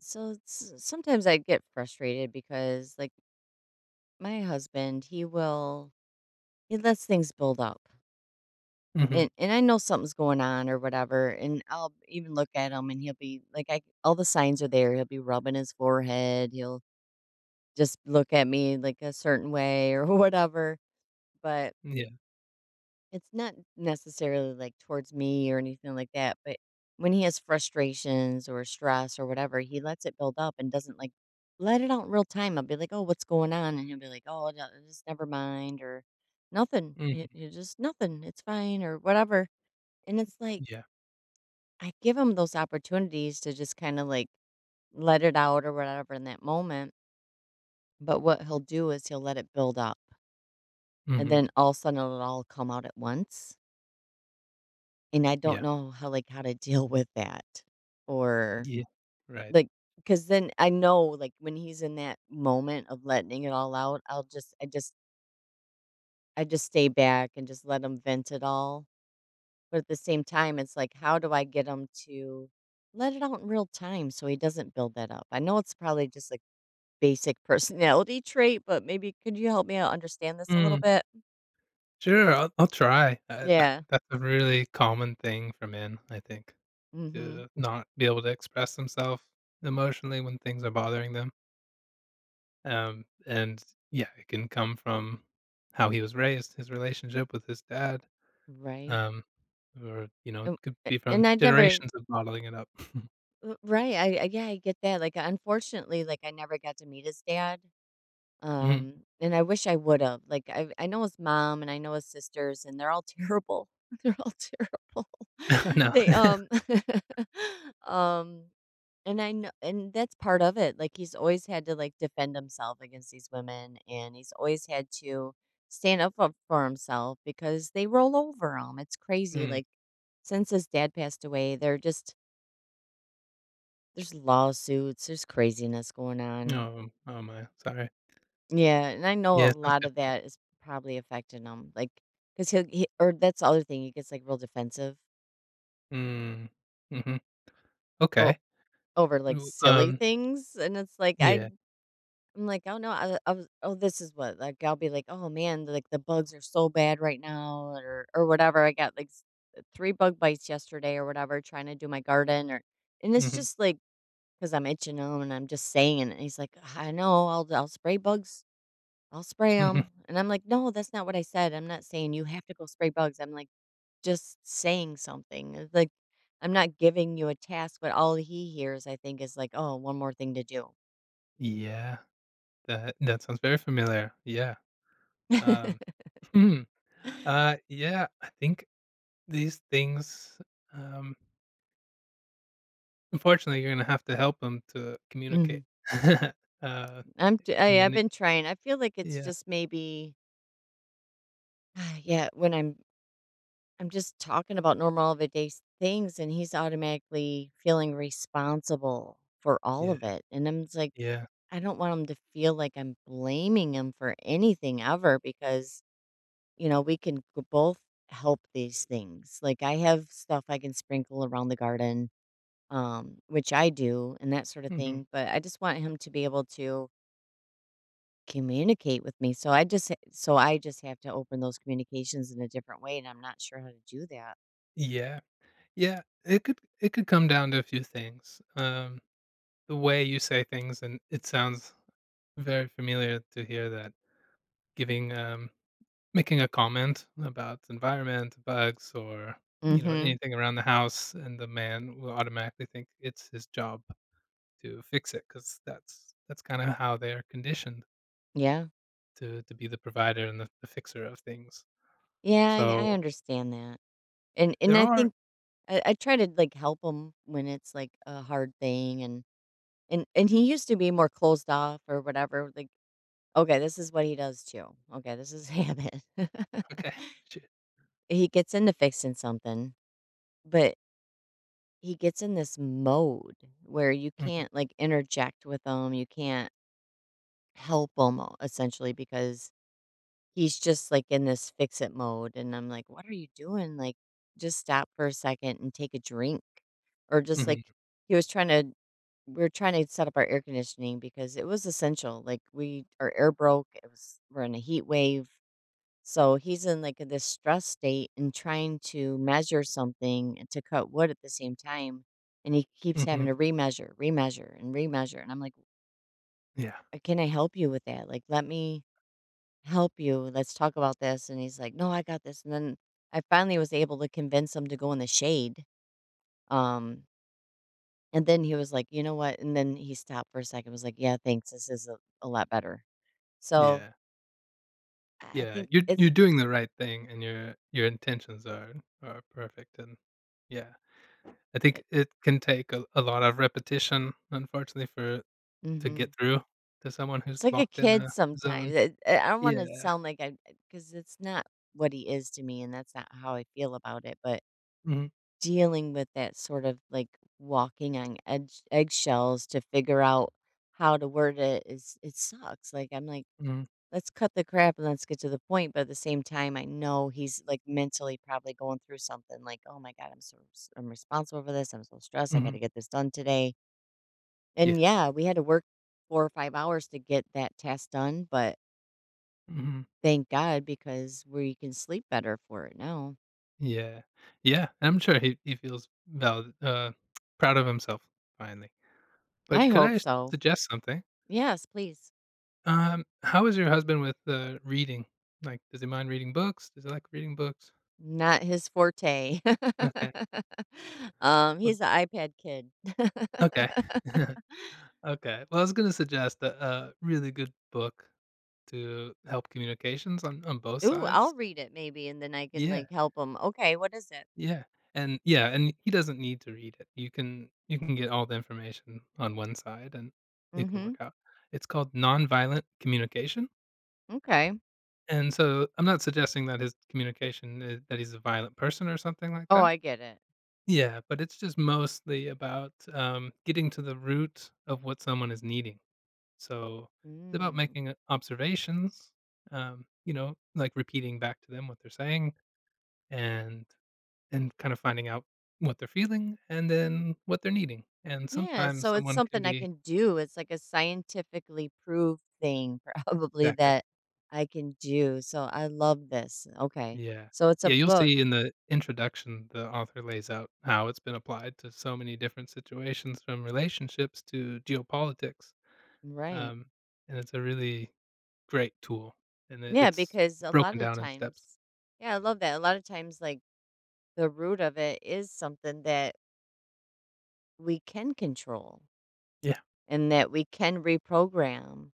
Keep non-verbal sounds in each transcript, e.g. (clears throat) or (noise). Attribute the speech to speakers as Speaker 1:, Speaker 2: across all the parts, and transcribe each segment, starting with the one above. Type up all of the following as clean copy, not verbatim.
Speaker 1: So sometimes I get frustrated because, like, my husband, he will he lets things build up.
Speaker 2: Mhm.
Speaker 1: And I know something's going on or whatever, and I'll even look at him and he'll be like, I all the signs are there. He'll be rubbing his forehead. He'll just look at me like a certain way or (laughs) whatever. But
Speaker 2: Yeah.
Speaker 1: it's not necessarily, like, towards me or anything like that, but when he has frustrations or stress or whatever, he lets it build up and doesn't, like, let it out in real time. I'll be like, "Oh, what's going on?" And he'll be like, "Oh, no, just never mind," or "Nothing. You
Speaker 2: Mhm.
Speaker 1: you just nothing. It's fine," or whatever, and it's like,
Speaker 2: Yeah.
Speaker 1: I give him those opportunities to just kinda, like, let it out or whatever in that moment, but what he'll do is he'll let it build up, and
Speaker 2: Mhm.
Speaker 1: then all of a sudden it'll all come out at once. And I don't
Speaker 2: Yeah.
Speaker 1: know how, like, how to deal with that or,
Speaker 2: Yeah. Right.
Speaker 1: like, because then I know, like, when he's in that moment of letting it all out, I just stay back and just let him vent it all. But at the same time, it's like, how do I get him to let it out in real time so he doesn't build that up? I know it's probably just a basic (laughs) personality trait, but maybe could you help me out understand this a little
Speaker 2: Mm.
Speaker 1: bit?
Speaker 2: Sure, I'll try. Uh, that
Speaker 1: Yeah.
Speaker 2: that's a really common thing for men, I think,
Speaker 1: Mhm.
Speaker 2: to not be able to express themselves emotionally when things are bothering them. And yeah, it can come from how he was raised, his relationship with his dad,
Speaker 1: Right.
Speaker 2: um, or, you know, it
Speaker 1: And
Speaker 2: could be from
Speaker 1: and I never
Speaker 2: generations of bottling it up. (laughs)
Speaker 1: I I yeah, I get that, like, unfortunately, like, I never got to meet his dad,
Speaker 2: Mhm.
Speaker 1: and I wish I would've, like, I know his mom and I know his sisters, and they're all terrible. (laughs) They're all terrible.
Speaker 2: (laughs)
Speaker 1: (laughs)
Speaker 2: No.
Speaker 1: They,
Speaker 2: (laughs)
Speaker 1: um (laughs) um, and I know, and that's part of it, like, he's always had to, like, defend himself against these women, and he's always had to stand up for himself because they roll over him. It's crazy,
Speaker 2: Mm.
Speaker 1: like, since his dad passed away, they're just there's craziness going on.
Speaker 2: No. Oh, my. Sorry.
Speaker 1: Yeah, and I know a
Speaker 2: Yeah, sounds
Speaker 1: lot of
Speaker 2: difficult.
Speaker 1: that is probably affecting him, like, 'cause he'll he or that's the other thing, he gets, like, real defensive
Speaker 2: Mm. Mhm.
Speaker 1: o
Speaker 2: Okay.
Speaker 1: over, like,
Speaker 2: W
Speaker 1: silly things, and it's like,
Speaker 2: yeah.
Speaker 1: I'm like, "Oh, no, I was oh, this is what," like, I'll be like, "Oh, man, like, the bugs are so bad right now," or whatever. I got, like, s 3 bug bites yesterday or whatever trying to do my garden or, and it's
Speaker 2: Mhm,
Speaker 1: just, like, because 'cause I'm itching 'em and I'm just saying it, and he's like, "I know, I'll spray bugs I'll spray
Speaker 2: mhm.
Speaker 1: them." And I'm like, "No, that's not what I said. I'm not saying you have to go spray bugs. I'm like, just saying something." It's like, I'm not giving you a task, but all he hears, I think, is like, oh, one more thing to do.
Speaker 2: Yeah, that sounds very familiar. Yeah. Um,
Speaker 1: (laughs)
Speaker 2: (clears throat) hmm. Yeah, I think these things, um, unfortunately, you're gonna have to help them to communicate.
Speaker 1: hmm
Speaker 2: (laughs) Uh,
Speaker 1: I'm,
Speaker 2: I
Speaker 1: I've
Speaker 2: mean,
Speaker 1: been trying. I feel like it's
Speaker 2: yeah,
Speaker 1: just maybe, (sighs) yeah, I'm just talking about normal everyday things and he's automatically feeling responsible for all of
Speaker 2: yeah,
Speaker 1: it. And I'm just like,
Speaker 2: yeah.
Speaker 1: I don't want him to feel like I'm blaming him for anything ever, because you know, we can g both, help these things. Like, I have stuff I can sprinkle around the garden, which I do and that sort of
Speaker 2: Mhm.
Speaker 1: thing, but I just want him to be able to communicate with me. So so I just have to open those communications in a different way, and I'm not sure how to do that.
Speaker 2: Yeah, yeah. It could come down to a few things. The way you say things, and it sounds very familiar to hear that giving, um Making a comment about the environment, bugs, or, you know,
Speaker 1: Mhm.
Speaker 2: anything around the house, and the man will automatically think it's his job to fix it because that's kinda how they are conditioned
Speaker 1: Yeah.
Speaker 2: to be the provider and the fixer of things.
Speaker 1: Yeah, yeah,
Speaker 2: So,
Speaker 1: I understand that. And
Speaker 2: there
Speaker 1: I
Speaker 2: are
Speaker 1: think I try to, like, help him when it's, like, a hard thing, and and he used to be more closed off or whatever, like, okay, this is what he does too. Okay, this is (laughs) habit. (laughs)
Speaker 2: Okay. Shit.
Speaker 1: He gets into fixing something, but he gets in this mode where you
Speaker 2: Mhm,
Speaker 1: can't, like, interject with him. You can't help him essentially because he's just like in this fix it mode. And I'm like, what are you doing? Like, just stop for a second and take a drink. Or just like,
Speaker 2: mhm,
Speaker 1: he was trying to, we are trying to set up our air conditioning because it was essential. Like, our air broke. We're in a heat wave, so he's in like this stress state and trying to measure something to cut wood at the same time. And he keeps having
Speaker 2: mhm.
Speaker 1: to remeasure, remeasure, and remeasure. And I'm like,
Speaker 2: Yeah.
Speaker 1: Can I help you with that? Like, let me help you. Let's talk about this." And he's like, "No, I got this." And then I finally was able to convince him to go in the shade. Um, and then he was like, "You know what?" And then he stopped for a second, was like, "Yeah, thanks. This is a lot better." So
Speaker 2: Yeah.
Speaker 1: I
Speaker 2: Yeah.
Speaker 1: think
Speaker 2: You're you're doing the right thing, and your intentions are perfect, and yeah. I think it can take a lot of repetition, unfortunately, for To
Speaker 1: it,
Speaker 2: get through to someone who's
Speaker 1: it's like a
Speaker 2: locked in
Speaker 1: kid
Speaker 2: a zone.
Speaker 1: sometimes. I don't wanna
Speaker 2: Yeah.
Speaker 1: sound like I because it's not what he is to me, and that's not how I feel about it, but
Speaker 2: Mhm,
Speaker 1: dealing with that sort of, like, walking on edge eggshells to figure out how to word it, is it sucks. Like, I'm like,
Speaker 2: mhm,
Speaker 1: "Let's cut the crap and let's get to the point," but at the same time, I know he's, like, mentally probably going through something like, "Oh my god. I'm responsible for this. I'm so stressed. I
Speaker 2: mhm.
Speaker 1: gotta get this done today."
Speaker 2: Yeah,
Speaker 1: And, yeah, we had to work 4 or 5 hours to get that task done, but
Speaker 2: mhm.
Speaker 1: thank God, because we can sleep better for it now.
Speaker 2: Yeah. Yeah, I'm sure he feels valid (tsk) proud of himself finally.
Speaker 1: I
Speaker 2: But could
Speaker 1: hope
Speaker 2: I
Speaker 1: so.
Speaker 2: suggest something?
Speaker 1: Yes, please.
Speaker 2: How is your husband with, reading? Like, does he mind reading books? Does he like reading books?
Speaker 1: Not his forte.
Speaker 2: Okay.
Speaker 1: (laughs) Um,
Speaker 2: Well
Speaker 1: he's an iPad kid. (laughs)
Speaker 2: okay. (laughs) Okay. Well, I was gonna suggest a really good book to help communications on both
Speaker 1: Ooh, I'll
Speaker 2: sides.
Speaker 1: read it maybe, and then I can,
Speaker 2: Yeah.
Speaker 1: like, help him. Okay, what is it?
Speaker 2: Yeah, and yeah, and he doesn't need to read it. You can get all the information on one side, and it can
Speaker 1: Mm-hmm.
Speaker 2: work out. It's called nonviolent communication,
Speaker 1: Okay.
Speaker 2: and so I'm not suggesting that his communication I that he's a violent person or something like
Speaker 1: Oh,
Speaker 2: that.
Speaker 1: I get it.
Speaker 2: Yeah, but it's just mostly about, getting to the root of what someone is needing. So, it's about
Speaker 1: Mm.
Speaker 2: making observations, you know, like repeating back to them what they're saying and and kind of finding out what they're feeling and then what they're needing, and
Speaker 1: Yeah.
Speaker 2: sometimes
Speaker 1: So it's
Speaker 2: someone can
Speaker 1: something I
Speaker 2: be
Speaker 1: can do. It's like a scientifically proved thing, (laughs) probably,
Speaker 2: exactly.
Speaker 1: that I can do. So I love this. Okay.
Speaker 2: Yeah.
Speaker 1: So it's a
Speaker 2: Yeah, you'll
Speaker 1: book,
Speaker 2: see in the introduction, the author lays out how it's been applied to so many different situations from relationships to geopolitics,
Speaker 1: right?
Speaker 2: um, and it's a really great tool, and it
Speaker 1: Yeah,
Speaker 2: it's
Speaker 1: because a lot
Speaker 2: broken
Speaker 1: of
Speaker 2: down in steps.
Speaker 1: times, yeah, I love that. A lot of times, like, the root of it is something that we can control
Speaker 2: Yeah.
Speaker 1: and that we can reprogram.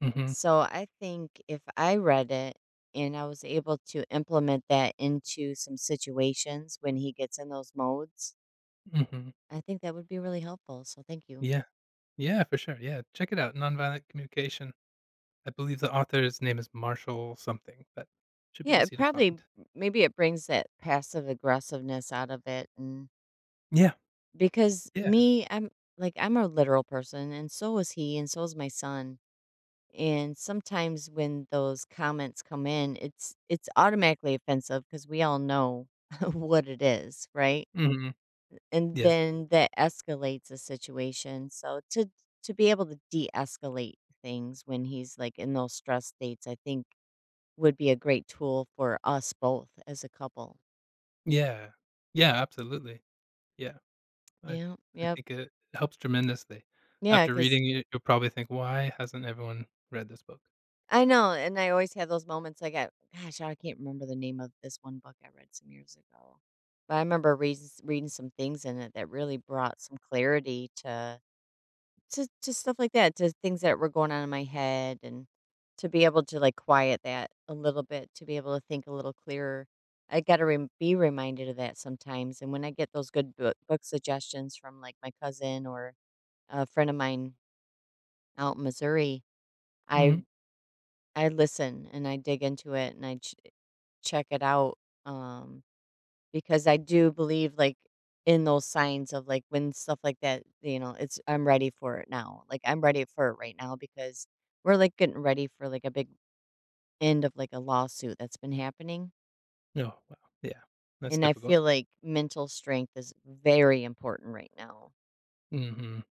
Speaker 2: Mhm.
Speaker 1: So I think if I read it and I was able to implement that into some situations when he gets in those modes,
Speaker 2: Mhm.
Speaker 1: I think that would be really helpful. So thank you.
Speaker 2: Yeah. Yeah, for sure, yeah, check it out, Nonviolent Communication. I believe the author's name is Marshall something, but should be
Speaker 1: Yeah, it
Speaker 2: easy to
Speaker 1: probably,
Speaker 2: find.
Speaker 1: maybe it brings that passive aggressiveness out of it. And
Speaker 2: Yeah.
Speaker 1: because
Speaker 2: Yeah.
Speaker 1: me, I'm like, I'm a literal person and so is he and so is my son. And sometimes when those comments come in, it's automatically offensive because we all know (laughs) what it is, right?
Speaker 2: Mhm.
Speaker 1: And
Speaker 2: Yes.
Speaker 1: then that escalates a situation. So to be able to de-escalate things when he's like in those stress states, I think would be a great tool for us both as a couple.
Speaker 2: Yeah. Yeah, absolutely. Yeah. I
Speaker 1: Yeah,
Speaker 2: I
Speaker 1: yep.
Speaker 2: think it helps tremendously.
Speaker 1: Yeah,
Speaker 2: After
Speaker 1: because
Speaker 2: reading it, you'll probably think, "Why hasn't everyone read this book?"
Speaker 1: I know, and I always have those moments like I gosh, I can't remember the name of this one book I read some years ago. But I remember reading some things in it that really brought some clarity to to stuff like that, to things that were going on in my head, and to be able to, like, quiet that a little bit, to be able to think a little clearer. I got to rem be reminded of that sometimes. And when I get those good book suggestions from like my cousin or a friend of mine out in Missouri, I
Speaker 2: Mhm.
Speaker 1: I listen and I dig into it and I check it out, um, because I do believe, like, in those signs of, like, when stuff like that, you know, it's, I'm ready for it now. Like, I'm ready for it right now, because we're, like, getting ready for, like, a big end of, like, a lawsuit that's been happening,
Speaker 2: No, wow. Yeah. That's
Speaker 1: and I
Speaker 2: difficult.
Speaker 1: feel like mental strength is very important right now.
Speaker 2: Mhm.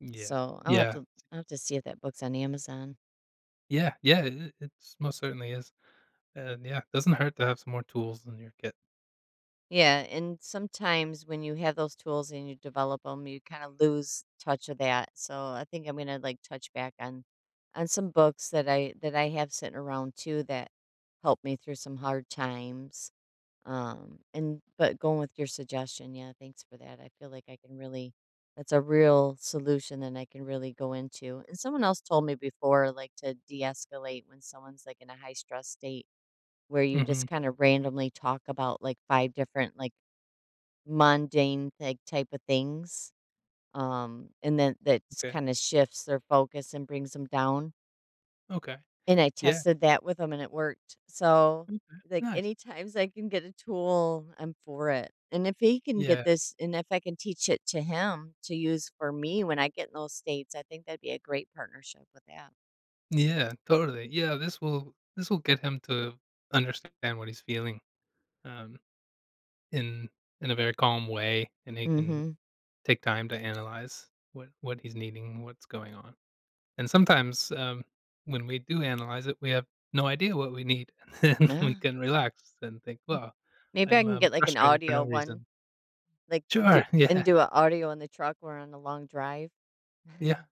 Speaker 2: Yeah.
Speaker 1: So,
Speaker 2: Yeah.
Speaker 1: I'll have to see if that book's on Amazon.
Speaker 2: Yeah. Yeah. It it's most certainly is. And, yeah, it doesn't hurt to have some more tools in your kit.
Speaker 1: Yeah, and sometimes when you have those tools and you develop them, you kind of lose touch of that. So I think I'm gonna like touch back on some books that I have sitting around too that helped me through some hard times. And but going with your suggestion, yeah, thanks for that. I feel like I can really, that's a real solution that I can really go into. And someone else told me before, like, to de-escalate when someone's like in a high stress state, where you just
Speaker 2: Mhm.
Speaker 1: kind of randomly talk about like five different like mundane like type of things, and then that
Speaker 2: Okay.
Speaker 1: kinda shifts their focus and brings them down,
Speaker 2: Okay.
Speaker 1: and I
Speaker 2: Yeah.
Speaker 1: tested that with 'em and it worked. So,
Speaker 2: Okay.
Speaker 1: like,
Speaker 2: Nice.
Speaker 1: any times I can get a tool, I'm for it, and if he can get
Speaker 2: Yeah.
Speaker 1: this, and if I can teach it to him to use for me when I get in those states, I think that'd be a great partnership with that.
Speaker 2: Yeah, totally. Yeah, this will get him to understand what he's feeling, um in in a very calm way, and he can
Speaker 1: Mhm,
Speaker 2: take time to analyze what he's needing, what's going on. And sometimes, when we do analyze it, we have no idea what we need, (laughs) and then we
Speaker 1: yeah.
Speaker 2: can relax and think, "Well,
Speaker 1: Maybe I
Speaker 2: I'm,
Speaker 1: can get, like, an
Speaker 2: frustrated for
Speaker 1: audio
Speaker 2: no
Speaker 1: one,
Speaker 2: reason."
Speaker 1: like, do
Speaker 2: Sure, (laughs)
Speaker 1: and
Speaker 2: yeah,
Speaker 1: do an audio in the truck or on a long drive. (laughs)
Speaker 2: yeah,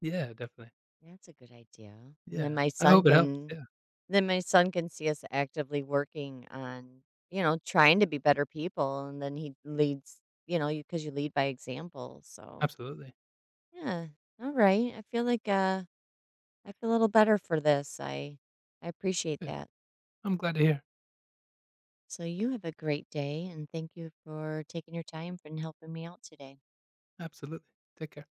Speaker 2: yeah, definitely.
Speaker 1: That's a good idea. And then
Speaker 2: Yeah,
Speaker 1: my
Speaker 2: I
Speaker 1: son
Speaker 2: hope it helps,
Speaker 1: can
Speaker 2: yeah,
Speaker 1: Then my son can see us actively working on, you know, trying to be better people, and then he leads, you know, you cuz you lead by example. So,
Speaker 2: absolutely.
Speaker 1: yeah. All right. I feel a little better for this. I appreciate
Speaker 2: Good,
Speaker 1: that.
Speaker 2: I'm glad to hear.
Speaker 1: So, you have a great day and thank you for taking your time and helping me out today.
Speaker 2: Absolutely. Take care.